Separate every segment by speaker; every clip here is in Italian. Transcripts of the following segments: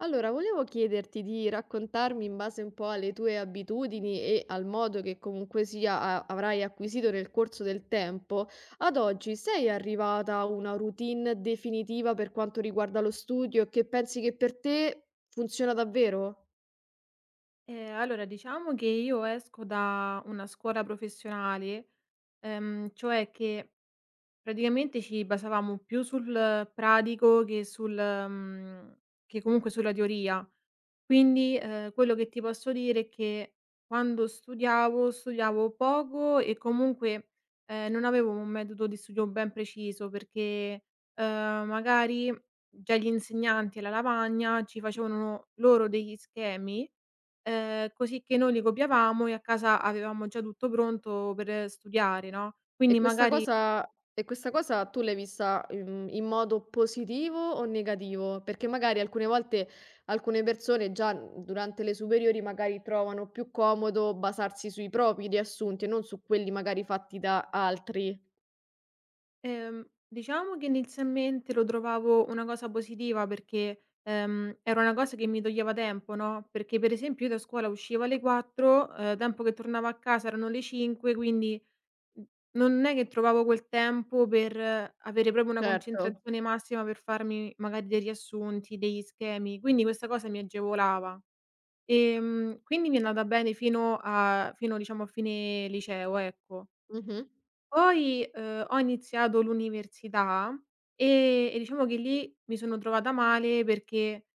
Speaker 1: Allora, volevo chiederti di raccontarmi in base un po' alle tue abitudini e al modo che comunque sia avrai acquisito nel corso del tempo, ad oggi sei arrivata a una routine definitiva per quanto riguarda lo studio e che pensi che per te funziona davvero?
Speaker 2: Allora diciamo che io esco da una scuola professionale, cioè che praticamente ci basavamo più sul pratico che sul che comunque sulla teoria. Quindi, quello che ti posso dire è che quando studiavo, studiavo poco e comunque, non avevo un metodo di studio ben preciso perché, magari già gli insegnanti alla lavagna ci facevano loro degli schemi, così che noi li copiavamo e a casa avevamo già tutto pronto per studiare, no,
Speaker 1: E
Speaker 2: quindi
Speaker 1: questa
Speaker 2: magari.
Speaker 1: cosa e questa cosa tu l'hai vista, in modo positivo o negativo? Perché magari alcune volte alcune persone già, durante le superiori magari trovano più comodo basarsi sui propri riassunti e non su quelli magari fatti da altri.
Speaker 2: Diciamo che inizialmente lo trovavo una cosa positiva perché, era una cosa che mi toglieva tempo, no, perché per esempio io da scuola uscivo alle 4, tempo che tornavo a casa erano le 5, quindi, mhmm, non è che trovavo quel tempo per avere proprio una
Speaker 1: Certo.
Speaker 2: concentrazione massima per farmi magari dei riassunti, degli schemi, quindi questa cosa mi agevolava. Quindi mi è andata bene fino diciamo a fine liceo, ecco.
Speaker 1: Mh-mh.
Speaker 2: Poi, ho iniziato l'università, e diciamo che lì mi sono trovata male perché,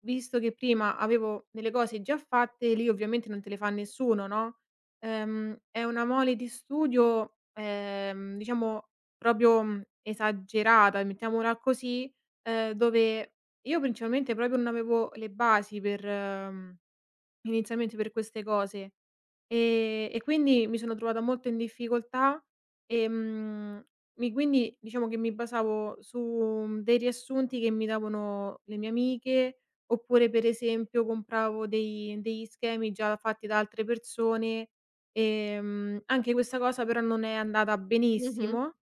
Speaker 2: visto che prima avevo delle cose già fatte, lì ovviamente non te le fa nessuno, no, è una mole di studio, diciamo proprio, esagerata, mettiamola così, dove io principalmente proprio non avevo le basi per, mhmm inizialmente per queste cose. E quindi mi sono trovata molto in difficoltà, ehm, mi quindi diciamo che mi basavo su dei riassunti che mi davano le mie amiche, oppure per esempio compravo dei degli schemi già fatti da altre persone. Anche questa cosa però non è andata
Speaker 1: Mh-mh.
Speaker 2: benissimo,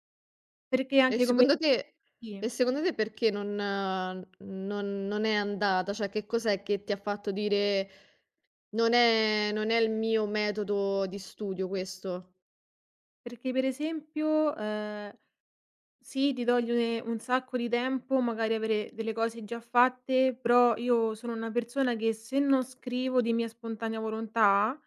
Speaker 2: perché
Speaker 1: E
Speaker 2: anche come
Speaker 1: secondo te
Speaker 2: sì,
Speaker 1: e secondo te perché non non è andata? Cioè che cos'è che ti ha fatto dire: "Non è il mio metodo di studio questo"?
Speaker 2: perché per esempio, sì, ti toglie un sacco di tempo, magari avere delle cose già fatte, però io sono una persona che se non scrivo di mia spontanea volontà,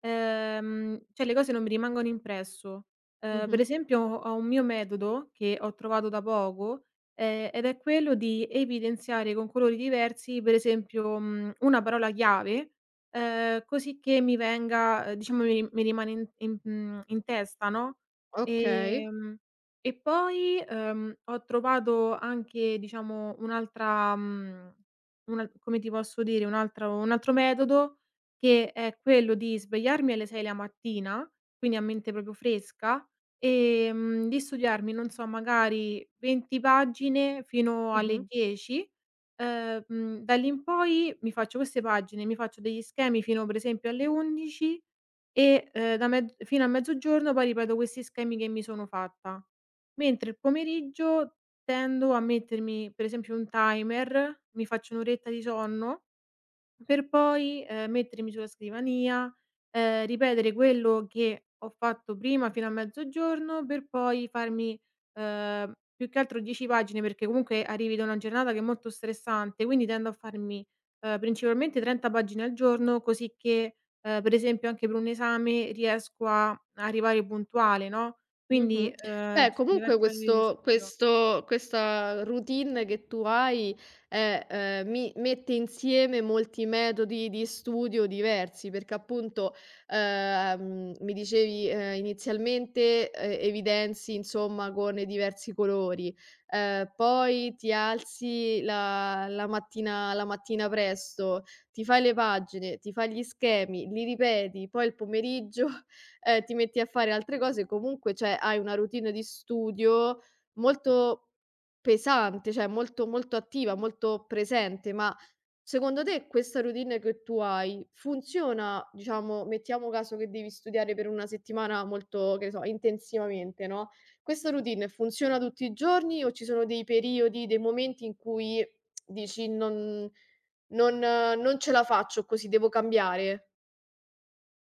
Speaker 2: cioè le cose non mi rimangono impresso. Per
Speaker 1: Mh-mh.
Speaker 2: esempio ho un mio metodo che ho trovato da poco, ed è quello di evidenziare con colori diversi, per esempio, una parola chiave, così che mi venga diciamo mi rimane in testa, no,
Speaker 1: Okay.
Speaker 2: ehm e poi, ho trovato anche diciamo una, come ti posso dire, un altro metodo che è quello di svegliarmi alle 6 la mattina, quindi a mente proprio fresca, di studiarmi, non so, magari 20 pagine fino alle
Speaker 1: Mh-mh.
Speaker 2: 10, da lì in poi mi faccio queste pagine, mi faccio degli schemi fino per esempio alle 11 e, da mezz fino a mezzogiorno poi ripeto questi schemi che mi sono fatta. Mentre il pomeriggio tendo a mettermi, per esempio, un timer, mi faccio 1 oretta di sonno per poi, mettermi sulla scrivania, ripetere quello che ho fatto prima fino a mezzogiorno, per poi farmi, più che altro 10 pagine, perché comunque arrivi da una giornata che è molto stressante, quindi tendo a farmi, principalmente 30 pagine al giorno, così che, per esempio anche per un esame riesco a arrivare puntuale, no, quindi,
Speaker 1: Mh-mh. Beh,
Speaker 2: ci sono
Speaker 1: comunque
Speaker 2: diversi metodi di
Speaker 1: questo
Speaker 2: studio.
Speaker 1: questo questa routine che tu hai, mi mette insieme molti metodi di studio diversi, perché appunto, mi dicevi, inizialmente, evidenzi insomma con i diversi colori, poi ti alzi la mattina presto, ti fai le pagine, ti fai gli schemi, li ripeti, poi il pomeriggio ti metti a fare altre cose, comunque, cioè, hai una routine di studio molto pesante, cioè molto, molto attiva, molto presente. Ma secondo te questa routine che tu hai funziona, diciamo, mettiamo caso che devi studiare per una settimana molto, che ne so, intensivamente, no, questa routine funziona tutti i giorni o ci sono dei periodi, dei momenti in cui dici: "Non non ce la faccio così, devo cambiare"?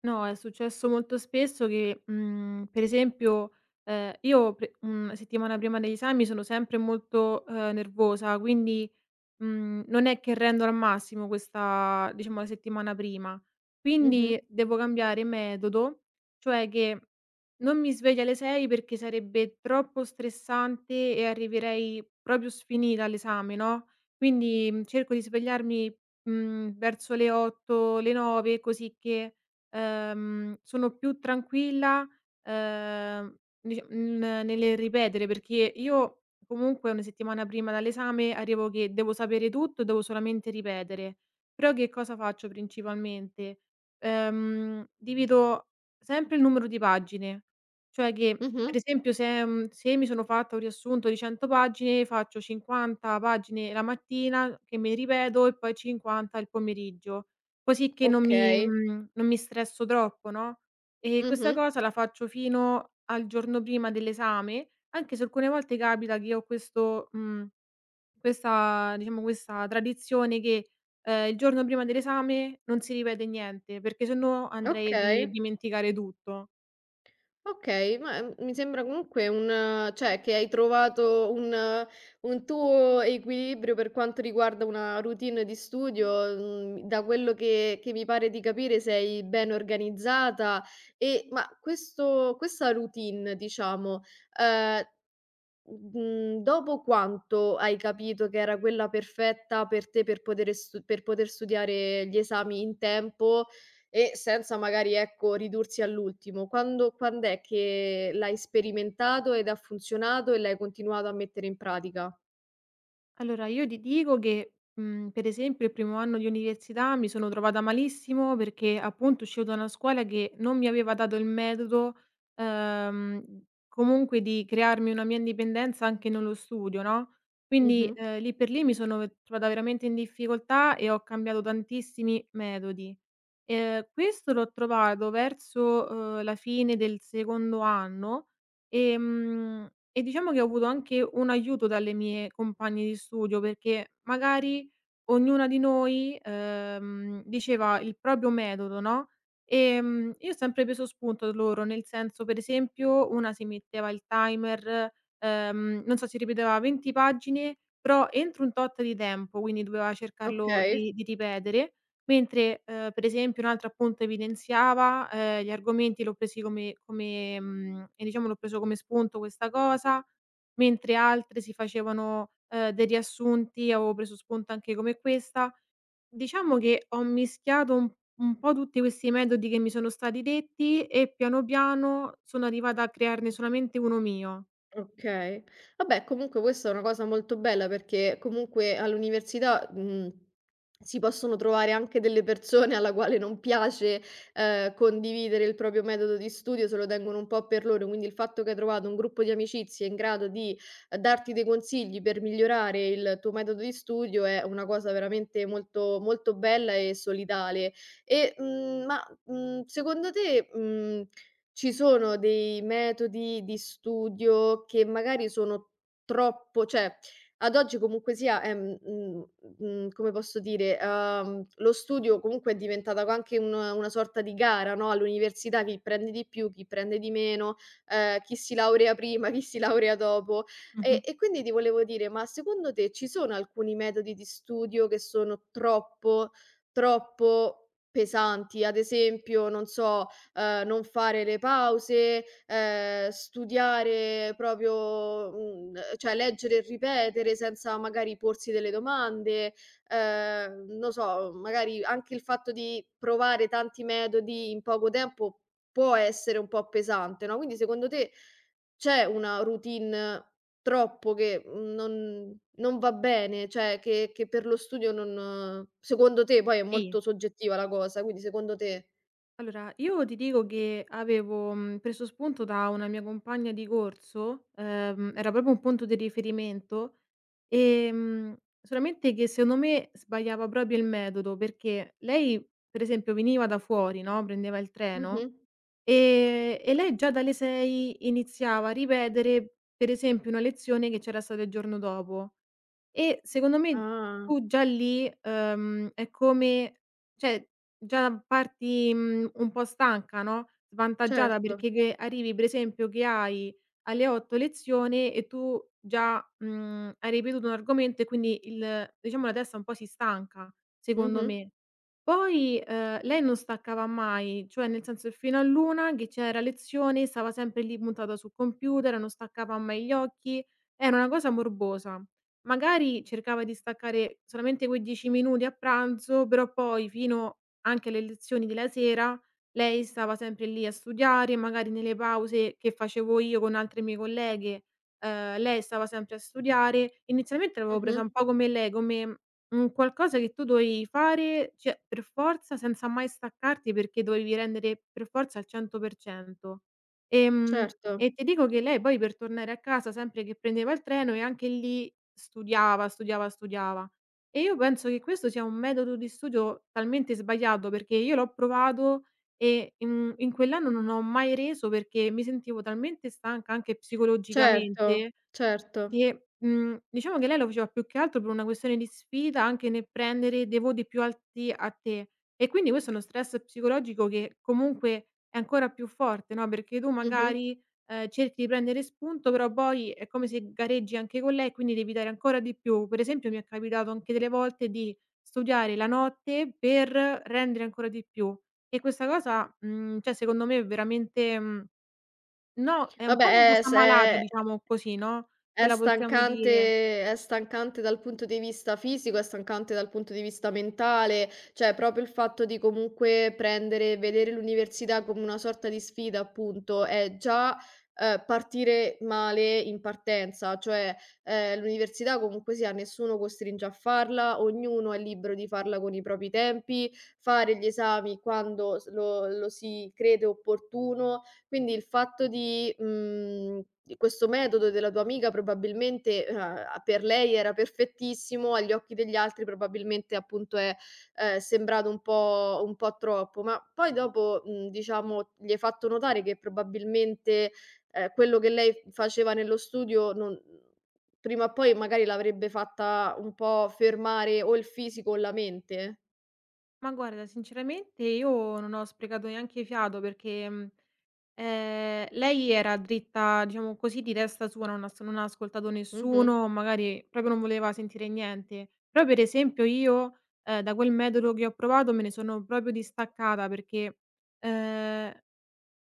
Speaker 2: No, è successo molto spesso che, per esempio, io settimana prima degli esami sono sempre molto, nervosa, quindi, non è che rendo al massimo questa, diciamo la settimana prima.
Speaker 1: Mh-mh.
Speaker 2: Quindi devo cambiare metodo, cioè che non mi sveglio alle 6 perché sarebbe troppo stressante e arriverei proprio sfinita all'esame, no, quindi, cerco di svegliarmi, verso le 8, le 9 così che, sono più tranquilla, ehm, dicia mhmm, nel ripetere, perché io comunque una settimana prima dall'esame arrivo che devo sapere tutto, devo solamente ripetere. Però che cosa faccio principalmente? Divido sempre il numero di pagine. Cioè che,
Speaker 1: Mh-mh.
Speaker 2: per esempio, se mi sono fatta un riassunto di 100 pagine, faccio 50 pagine la mattina che mi ripeto e poi 50 il pomeriggio, così che
Speaker 1: Okay.
Speaker 2: non mi stresso troppo, no, e questa
Speaker 1: Mh-mh.
Speaker 2: cosa la faccio fino al giorno prima dell'esame, anche se alcune volte capita che io ho questo mhmm, questa diciamo questa tradizione che, il giorno prima dell'esame non si ripete niente, perché sennò andrei di a
Speaker 1: Okay,
Speaker 2: dimenticare tutto.
Speaker 1: okay, ma, mi sembra comunque un cioè che hai trovato un tuo equilibrio per quanto riguarda una routine di studio, da quello che mi pare di capire sei ben organizzata e ma questo questa routine diciamo, ehm dopo quanto hai capito che era quella perfetta per te per poter studiare gli esami in tempo e senza magari, ecco, ridursi all'ultimo? Quando quand'è che l'hai sperimentato ed ha funzionato e l'hai continuato a mettere in pratica?
Speaker 2: Allora io ti dico che, per esempio il primo anno di università mi sono trovata malissimo perché appunto uscivo da una scuola che non mi aveva dato il metodo, ehm, comunque di crearmi una mia indipendenza anche nello studio, no, quindi,
Speaker 1: Mh-mh.
Speaker 2: lì per lì mi sono ve trovata veramente in difficoltà e ho cambiato tantissimi metodi. Questo l'ho trovato verso, la fine del secondo anno. E diciamo che ho avuto anche un aiuto dalle mie compagne di studio, perché magari ognuna di noi, diceva il proprio metodo, no, io ho sempre preso spunto da loro, nel senso, per esempio, una si metteva il timer, non so, si ripeteva 20 pagine, però entro un tot di tempo, quindi doveva cercarlo
Speaker 1: Okay.
Speaker 2: di ripetere. Mentre, per esempio un altro appunto evidenziava, gli argomenti l'ho presi e diciamo l'ho preso come spunto questa cosa, mentre altre si facevano, dei riassunti, avevo preso spunto anche come questa. Diciamo che ho mischiato un po' tutti questi metodi che mi sono stati detti e piano piano sono arrivata a crearne solamente uno mio.
Speaker 1: Okay. Vabbè, comunque questa è una cosa molto bella perché comunque all'università, si possono trovare anche delle persone alla quale non piace, condividere il proprio metodo di studio, se lo tengono un po' per loro, quindi il fatto che hai trovato un gruppo di amicizie in grado di, darti dei consigli per migliorare il tuo metodo di studio è una cosa veramente molto, molto bella e solidale. E, ma, secondo te, mhmm ci sono dei metodi di studio che magari sono troppo cioè ad oggi comunque sia è come posso dire, lo studio comunque è diventata anche un una sorta di gara, no, all'università chi prende di più, chi prende di meno, chi si laurea prima, chi si laurea dopo.
Speaker 2: Mh-mh.
Speaker 1: E quindi ti volevo dire, ma secondo te ci sono alcuni metodi di studio che sono troppo, troppo pesanti? Ad esempio, non so, non fare le pause, studiare proprio, cioè leggere e ripetere senza magari porsi delle domande, non so, magari anche il fatto di provare tanti metodi in poco tempo può essere un po' pesante, no, quindi secondo te c'è una routine troppo che, non va bene, cioè che per lo studio non secondo te, poi è
Speaker 2: Sì.
Speaker 1: molto soggettiva la cosa, quindi secondo te
Speaker 2: Allora, io ti dico che avevo, preso spunto da una mia compagna di corso, era proprio un punto di riferimento, ehm, solamente che secondo me sbagliava proprio il metodo, perché lei per esempio veniva da fuori, no, prendeva il treno,
Speaker 1: mh-mh.
Speaker 2: e lei già dalle 6 iniziava a ripetere per esempio una lezione che c'era stata il giorno dopo. E secondo me
Speaker 1: Ah,
Speaker 2: tu già lì, è come cioè già parti, un po' stanca, no, svantaggiata
Speaker 1: certo.
Speaker 2: perché che arrivi per esempio che hai alle 8 lezione e tu già, hai ripetuto un argomento e quindi il diciamo la testa un po' si stanca, secondo
Speaker 1: Mh-mh.
Speaker 2: me. Poi, lei non staccava mai, cioè nel senso che fino all'1 che c'era lezione, stava sempre lì puntata sul computer, non staccava mai gli occhi, era una cosa morbosa. Magari cercava di staccare solamente quei 10 minuti a pranzo, però poi fino anche alle lezioni della sera lei stava sempre lì a studiare, magari nelle pause che facevo io con altre mie colleghe, lei stava sempre a studiare. Inizialmente l'avevo presa
Speaker 1: Mh-mh.
Speaker 2: un po' come lei, come un qualcosa che tu dovevi fare, cioè per forza, senza mai staccarti perché dovevi rendere per forza al 100%. Ehm,
Speaker 1: Certo,
Speaker 2: e ti dico che lei poi per tornare a casa, sempre che prendeva il treno e anche lì studiava, studiava, studiava. E io penso che questo sia un metodo di studio talmente sbagliato, perché io l'ho provato e in quell'anno non ho mai reso perché mi sentivo talmente stanca anche
Speaker 1: certo,
Speaker 2: psicologicamente
Speaker 1: certo.
Speaker 2: che, diciamo che lei lo faceva più che altro per una questione di sfida, anche nel prendere dei voti più alti a te. E quindi questo è uno stress psicologico che comunque è ancora più forte, no, perché tu
Speaker 1: Mh-mh.
Speaker 2: magari, cerchi di prendere spunto, però poi è come se gareggi anche con lei, quindi devi dare ancora di più. Per esempio mi è capitato anche delle volte di studiare la notte per rendere ancora di più e questa cosa, cioè secondo me è veramente, mhmm no, è un
Speaker 1: Vabbè,
Speaker 2: po' una cosa
Speaker 1: se
Speaker 2: malata, diciamo così, no, se
Speaker 1: è
Speaker 2: la possiamo dire.
Speaker 1: stancante, è stancante dal punto di vista fisico, è stancante dal punto di vista mentale, cioè proprio il fatto di comunque prendere vedere l'università come una sorta di sfida appunto, è già, partire male in partenza, cioè, l'università comunque sia nessuno costringe a farla, ognuno è libero di farla con i propri tempi, fare gli esami quando s lo lo si crede opportuno, quindi il fatto di di questo metodo della tua amica probabilmente, per lei era perfettissimo, agli occhi degli altri probabilmente appunto è, sembrato un po' troppo, ma poi dopo, diciamo gli hai fatto notare che probabilmente, quello che lei faceva nello studio non prima o poi magari l'avrebbe fatta un po' fermare o il fisico o la mente?
Speaker 2: Ma guarda, sinceramente io non ho sprecato neanche fiato perché, lei era dritta, diciamo così, di testa sua, non ha ascoltato
Speaker 1: Mh-mh.
Speaker 2: nessuno, magari proprio non voleva sentire niente. Però per esempio io, da quel metodo che ho provato me ne sono proprio distaccata perché, ehm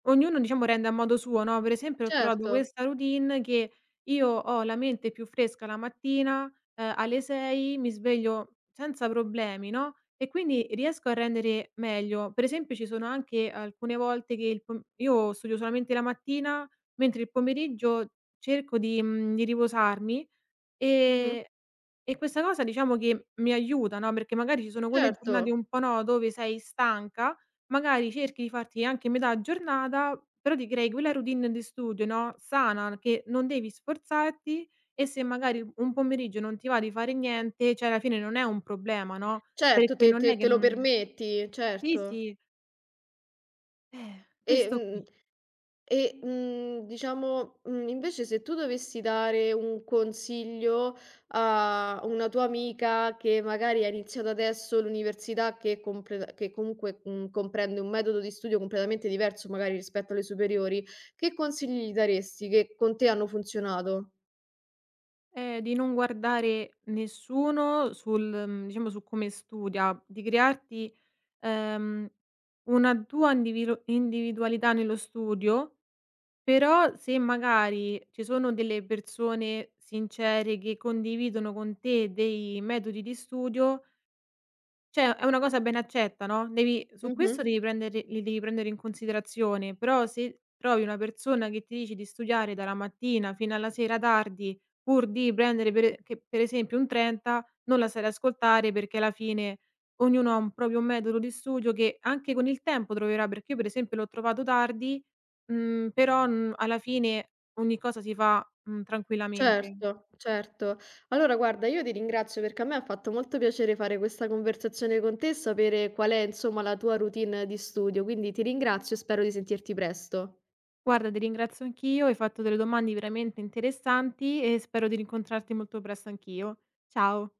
Speaker 2: ognuno diciamo rende a modo suo, no, per esempio ho trovato
Speaker 1: Certo.
Speaker 2: questa routine che io ho la mente più fresca la mattina, alle 6 mi sveglio senza problemi, no, e quindi riesco a rendere meglio. Per esempio ci sono anche alcune volte che il pom io studio solamente la mattina, mentre il pomeriggio cerco di di riposarmi,
Speaker 1: Mh-mh.
Speaker 2: ehm e questa cosa diciamo che mi aiuta, no, perché magari ci sono quelle
Speaker 1: Certo.
Speaker 2: giornate un po', no, dove sei stanca, magari cerchi di farti anche metà giornata, però ti crei quella routine di studio, no, sana, che non devi sforzarti e se magari un pomeriggio non ti va di fare niente, cioè alla fine non è un problema, no,
Speaker 1: Certo,
Speaker 2: perché
Speaker 1: te
Speaker 2: non
Speaker 1: te
Speaker 2: è che
Speaker 1: te lo
Speaker 2: non
Speaker 1: permetti,
Speaker 2: sì,
Speaker 1: certo.
Speaker 2: sì,
Speaker 1: E,
Speaker 2: questo qui.
Speaker 1: mhmm, e, diciamo, invece se tu dovessi dare un consiglio a una tua amica che magari ha iniziato adesso l'università, che comunque, comprende un metodo di studio completamente diverso magari rispetto alle superiori, che consigli gli daresti che con te hanno funzionato?
Speaker 2: Di non guardare nessuno diciamo su come studia, di crearti, ehm, una tua individualità nello studio, però se magari ci sono delle persone sincere che condividono con te dei metodi di studio, cioè, è una cosa ben accetta, no, devi su
Speaker 1: Mh-mh.
Speaker 2: questo devi prendere li devi prendere in considerazione, però se trovi una persona che ti dice di studiare dalla mattina fino alla sera tardi, pur di prendere per e che per esempio un 30, non la sai ad ascoltare perché alla fine ognuno ha un proprio metodo di studio che anche con il tempo troverà, perché io per esempio l'ho trovato tardi, però, alla fine ogni cosa si fa, tranquillamente.
Speaker 1: Certo, certo. Allora guarda, io ti ringrazio perché a me ha fatto molto piacere fare questa conversazione con te e sapere qual è, insomma, la tua routine di studio, quindi ti ringrazio e spero di sentirti presto.
Speaker 2: Guarda, ti ringrazio anch'io, hai fatto delle domande veramente interessanti e spero di rincontrarti molto presto anch'io. Ciao.